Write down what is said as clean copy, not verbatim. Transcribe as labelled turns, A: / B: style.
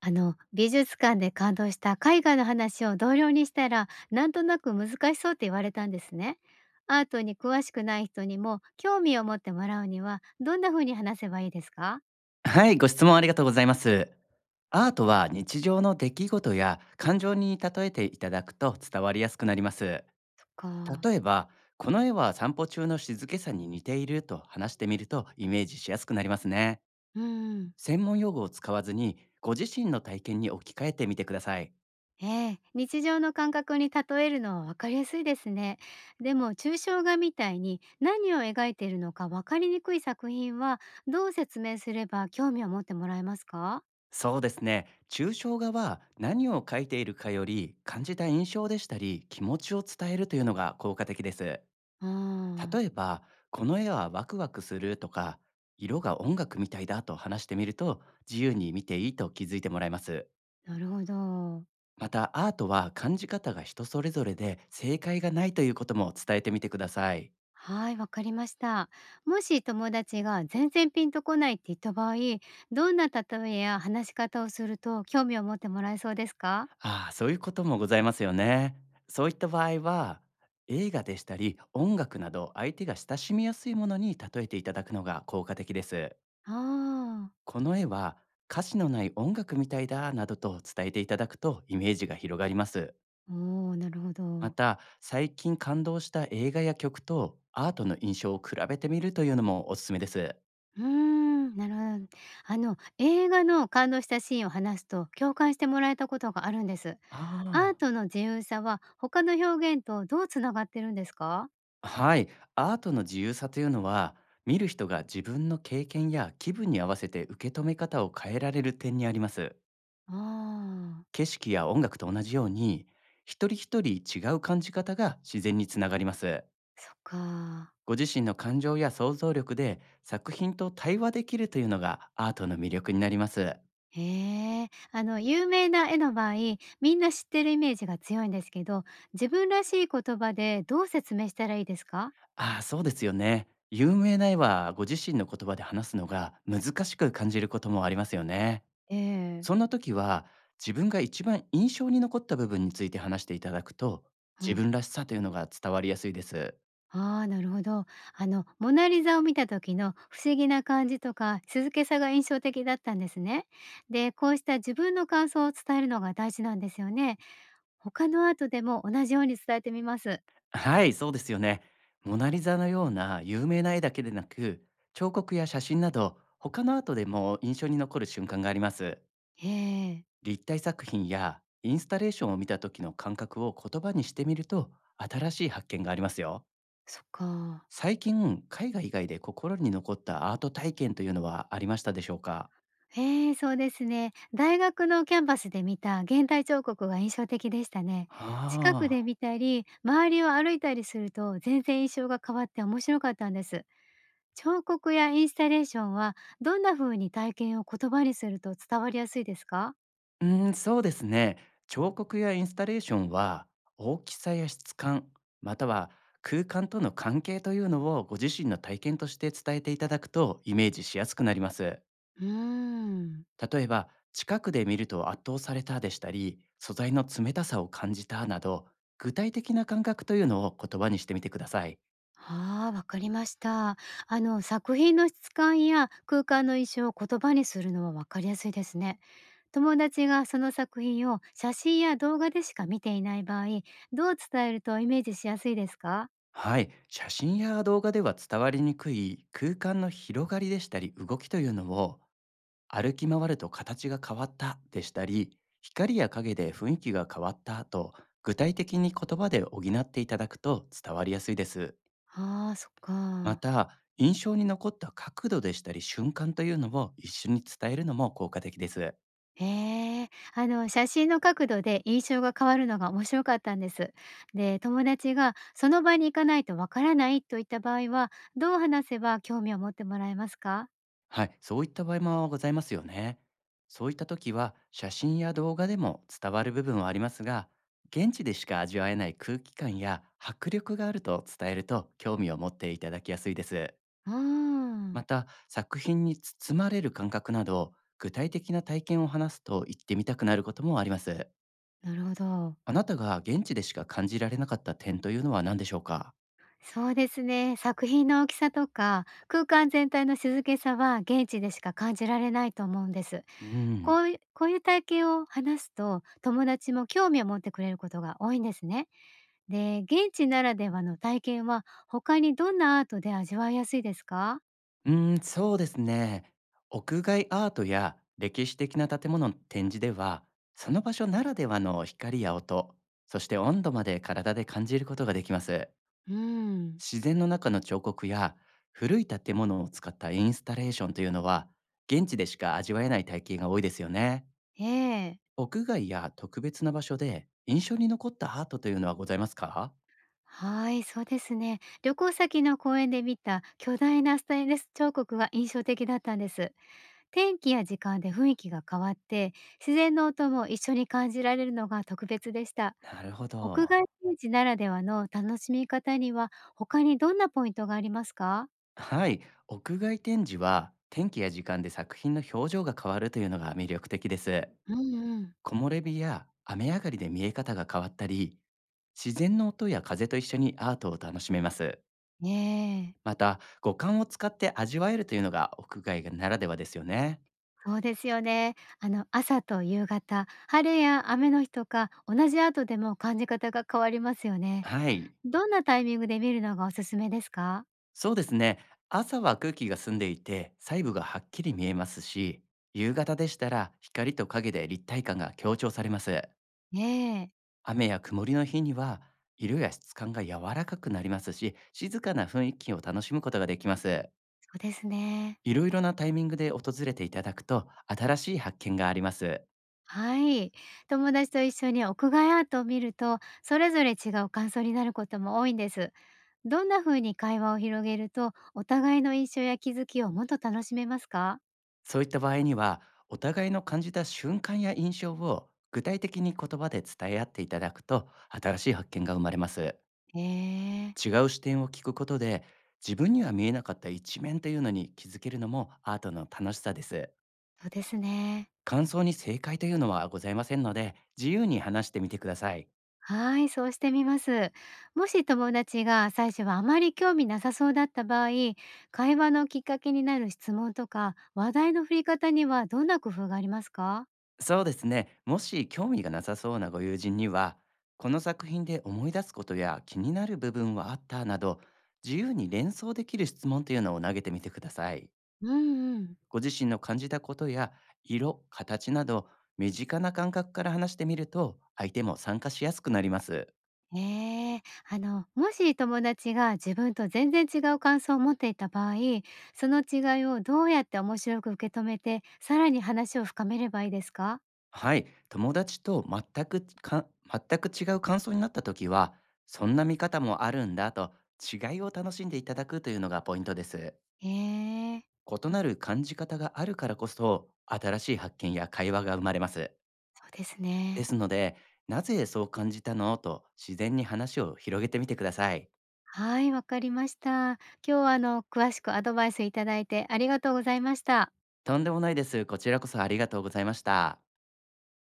A: あの美術館で感動した絵画の話を同僚にしたらなんとなく難しそうって言われたんですね。アートに詳しくない人にも興味を持ってもらうにはどんな風に話せばいいですか？
B: はい、ご質問ありがとうございます。アートは日常の出来事や感情に例えていただくと伝わりやすくなります。
A: そっか。
B: 例えば、この絵は散歩中の静けさに似ていると話してみるとイメージしやすくなりますね。
A: うん。
B: 専門用語を使わずにご自身の体験に置き換えてみてください。
A: ええ、日常の感覚に例えるのは分かりやすいですね。でも抽象画みたいに何を描いているのか分かりにくい作品はどう説明すれば興味を持ってもらえますか？
B: そうですね。抽象画は何を描いているかより、感じた印象でしたり気持ちを伝えるというのが効果的です。
A: あ、
B: 例えば、「この絵はワクワクする」とか「色が音楽みたいだ」と話してみると、自由に見ていいと気づいてもらえます。
A: あなるほど。
B: またアートは感じ方が人それぞれで、正解がないということも伝えてみてください。
A: はい、わかりました。もし友達が全然ピンとこないって言った場合、どんなや話し方をすると興味を持ってもらえそうですか？
B: ああ、そういうこともございますよね。そういった場合は、映画でしたり音楽など、相手が親しみやすいものに例えていただくのが効果的です。
A: ああ、
B: この絵は歌詞のない音楽みたいだ、などと伝えていただくとイメージが広がります。
A: おお、なるほ
B: ま
A: ど。
B: た、最近感動した映画や曲とアートの印象を比べてみるというのもおすすめです。
A: うーん、なるほど。あの、映画の感動したシーンを話すと共感してもらえたことがあるんです。
B: あ
A: アー
B: あ。
A: トの自由さは他の表現とどうつながってるんですか？
B: はい。アートの自由さというのは、見る人が自分の経験や気分に合わせて受け止め方を変えられる点にあります。
A: ああ
B: 景
A: ー、
B: 色や音楽と同じように、一人一人違う感じ方が自然につながります。
A: そっか。
B: ご自身の感情や想像力で作品と対話できるというのが、アートの魅力になります。
A: へえ、あの有名な絵の場合、みんな知ってるイメージが強いんですけど、自分らしい言葉でどう説明したらいいですか？
B: ああ、そうですよね。有名な絵はご自身の言葉で話すのが難しく感じることもありますよね。
A: ええ。
B: そんな時は、自分が一番印象に残った部分について話していただくと、
A: う
B: 自
A: ん。
B: 分らしさというのが伝わりやすいです。
A: ああ、なるほど。あのモナリザを見た時の不思議な感じとか静けさが印象的だったんですね。で、こうした自分の感想を伝えるのが大事なんですよね。他のアートでも同じように伝えてみます。
B: はい、そうですよね。モナリザのような有名な絵だけでなく、彫刻や写真など他のアートでも印象に残る瞬間があります。
A: へえ、
B: 立体作品やインスタレーションを見た時の感覚を言葉にしてみると、新しい発見がありますよ。
A: そっか。
B: 最近、海外以外で心に残ったアート体験というのはありましたでしょうか？
A: ええ、そうですね。大学のキャンパスで見た現代彫刻が印象的でしたね。近く
B: あ
A: で
B: あ、
A: 見たり、周りを歩いたりすると全然印象が変わって面白かったんです。彫刻やインスタレーションはどんな風に体験を言葉にすると伝わりやすいですか？
B: そうですね。彫刻やインスタレーションは、大きさや質感、または空間との関係というのをご自身の体験として伝えていただくと、イメージしやすくなります。
A: うーん。
B: 例えば、近くで見ると圧倒されたでしたり、素材の冷たさを感じたなど、具体的な感覚というのを言葉にしてみてください。
A: ああ、わかりました。あの、作品の質感や空間の印象を言葉にするのはわかりやすいですね。友達がその作品を写真や動画でしか見ていない場合、どう伝えるとイメージしやすいですか？
B: はい、写真や動画では伝わりにくい空間の広がりでしたり動きというのを、歩き回ると形が変わったでしたり、光や影で雰囲気が変わったと、具体的に言葉で補っていただくと伝わりやすいです。
A: ああ、そっ
B: ま
A: か。
B: た、印象に残った角度でしたり瞬間というのを一緒に伝えるのも効果的です。
A: へえ、あの、写真の角度で印象が変わるのが面白かったんです。で、友達がその場に行かないとわからないといった場合は、どう話せば興味を持ってもらえますか？
B: はい、そういった場合もございますよね。そういった時は、写真や動画でも伝わる部分はありますが、現地でしか味わえない空気感や迫力があると伝えると、興味を持っていただきやすいです。
A: うー
B: ま
A: ん、
B: た、作品に包まれる感覚など、具体的な体験を話すと、言ってみたくなることもあります。
A: なるほど。
B: あなたが現地でしか感じられなかった点というのは何でしょうか？
A: そうですね。作品の大きさとか、空間全体の静けさは現地でしか感じられないと思うんです。
B: うん。
A: こういう体験を話すと、友達も興味を持ってくれることが多いんですね。で、現地ならではの体験は、他にどんなアートで味わいやすいですか？
B: うーん、そうですね。屋外アートや歴史的な建物の展示では、その場所ならではの光や音、そして温度まで体で感じることができます。
A: うん。
B: 自然の中の彫刻や古い建物を使ったインスタレーションというのは、現地でしか味わえない体験が多いですよね。
A: ええ。
B: 屋外や特別な場所で印象に残ったアートというのはございますか？
A: はい、そうですね。旅行先の公園で見た巨大なステンレス彫刻が印象的だったんです。天気や時間で雰囲気が変わって、自然の音も一緒に感じられるのが特別でした。
B: なるほ
A: 屋
B: ど。
A: 外ビーチならではの楽しみ方には、他にどんなポイントがありますか？
B: はい、屋外展示は天気や時間で作品の表情が変わるというのが魅力的です。
A: うんうん。
B: 木漏れ日や雨上がりで見え方が変わったり、自然の音や風と一緒にアートを楽しめます。
A: ねえ、
B: また、五感を使って味わえるというのが屋外ならではですよね。
A: そうですよね。あの、朝と夕方、晴れや雨の日とか、同じアートでも感じ方が変わりますよね。
B: はい、
A: どんなタイミングで見るのがおすすめですか？
B: そうですね。朝は空気が澄んでいて細部がはっきり見えますし、夕方でしたら光と影で立体感が強調されます。
A: ねえ、
B: 雨や曇りの日には、色や質感が柔らかくなりますし、静かな雰囲気を楽しむことができます。
A: そうですね。
B: いろいろなタイミングで訪れていただくと、新しい発見があります。
A: はい。友達と一緒に屋外アートを見ると、それぞれ違う感想になることも多いんです。どんな風に会話を広げると、お互いの印象や気づきをもっと楽しめますか？
B: そういった場合には、お互いの感じた瞬間や印象を具体的に言葉で伝え合っていただくと、新しい発見が生まれます。
A: ええ。
B: 違う視点を聞くことで、自分には見えなかった一面というのに気づけるのも、アートの楽しさです。
A: そうですね。
B: 感想に正解というのはございませんので、自由に話してみてください。
A: はい、そうしてみます。もし友達が最初はあまり興味なさそうだった場合、会話のきっかけになる質問とか、話題の振り方にはどんな工夫がありますか？
B: そうですね。もし興味がなさそうなご友人には、この作品で思い出すことや気になる部分はあった、など、自由に連想できる質問というのを投げてみてください。
A: うんうん。
B: ご自身の感じたことや色、形など、身近な感覚から話してみると、相手も参加しやすくなります。
A: ええ、あの、もし友達が自分と全然違う感想を持っていた場合、その違いをどうやって面白く受け止めて、さらに話を深めればいいですか？
B: はい、友達と全く違う感想になった時は、そんな見方もあるんだと、違いを楽しんでいただくというのがポイントです。
A: ええ、
B: 異なる感じ方があるからこそ、新しい発見や会話が生まれます。
A: そうです
B: で
A: ね。
B: すので、なぜそう感じたのと自然に話を広げてみてください。
A: はい、わかりました。今日はあの、詳しくアドバイスいただいてありがとうございました。
B: とんでもないです。こちらこそありがとうございました。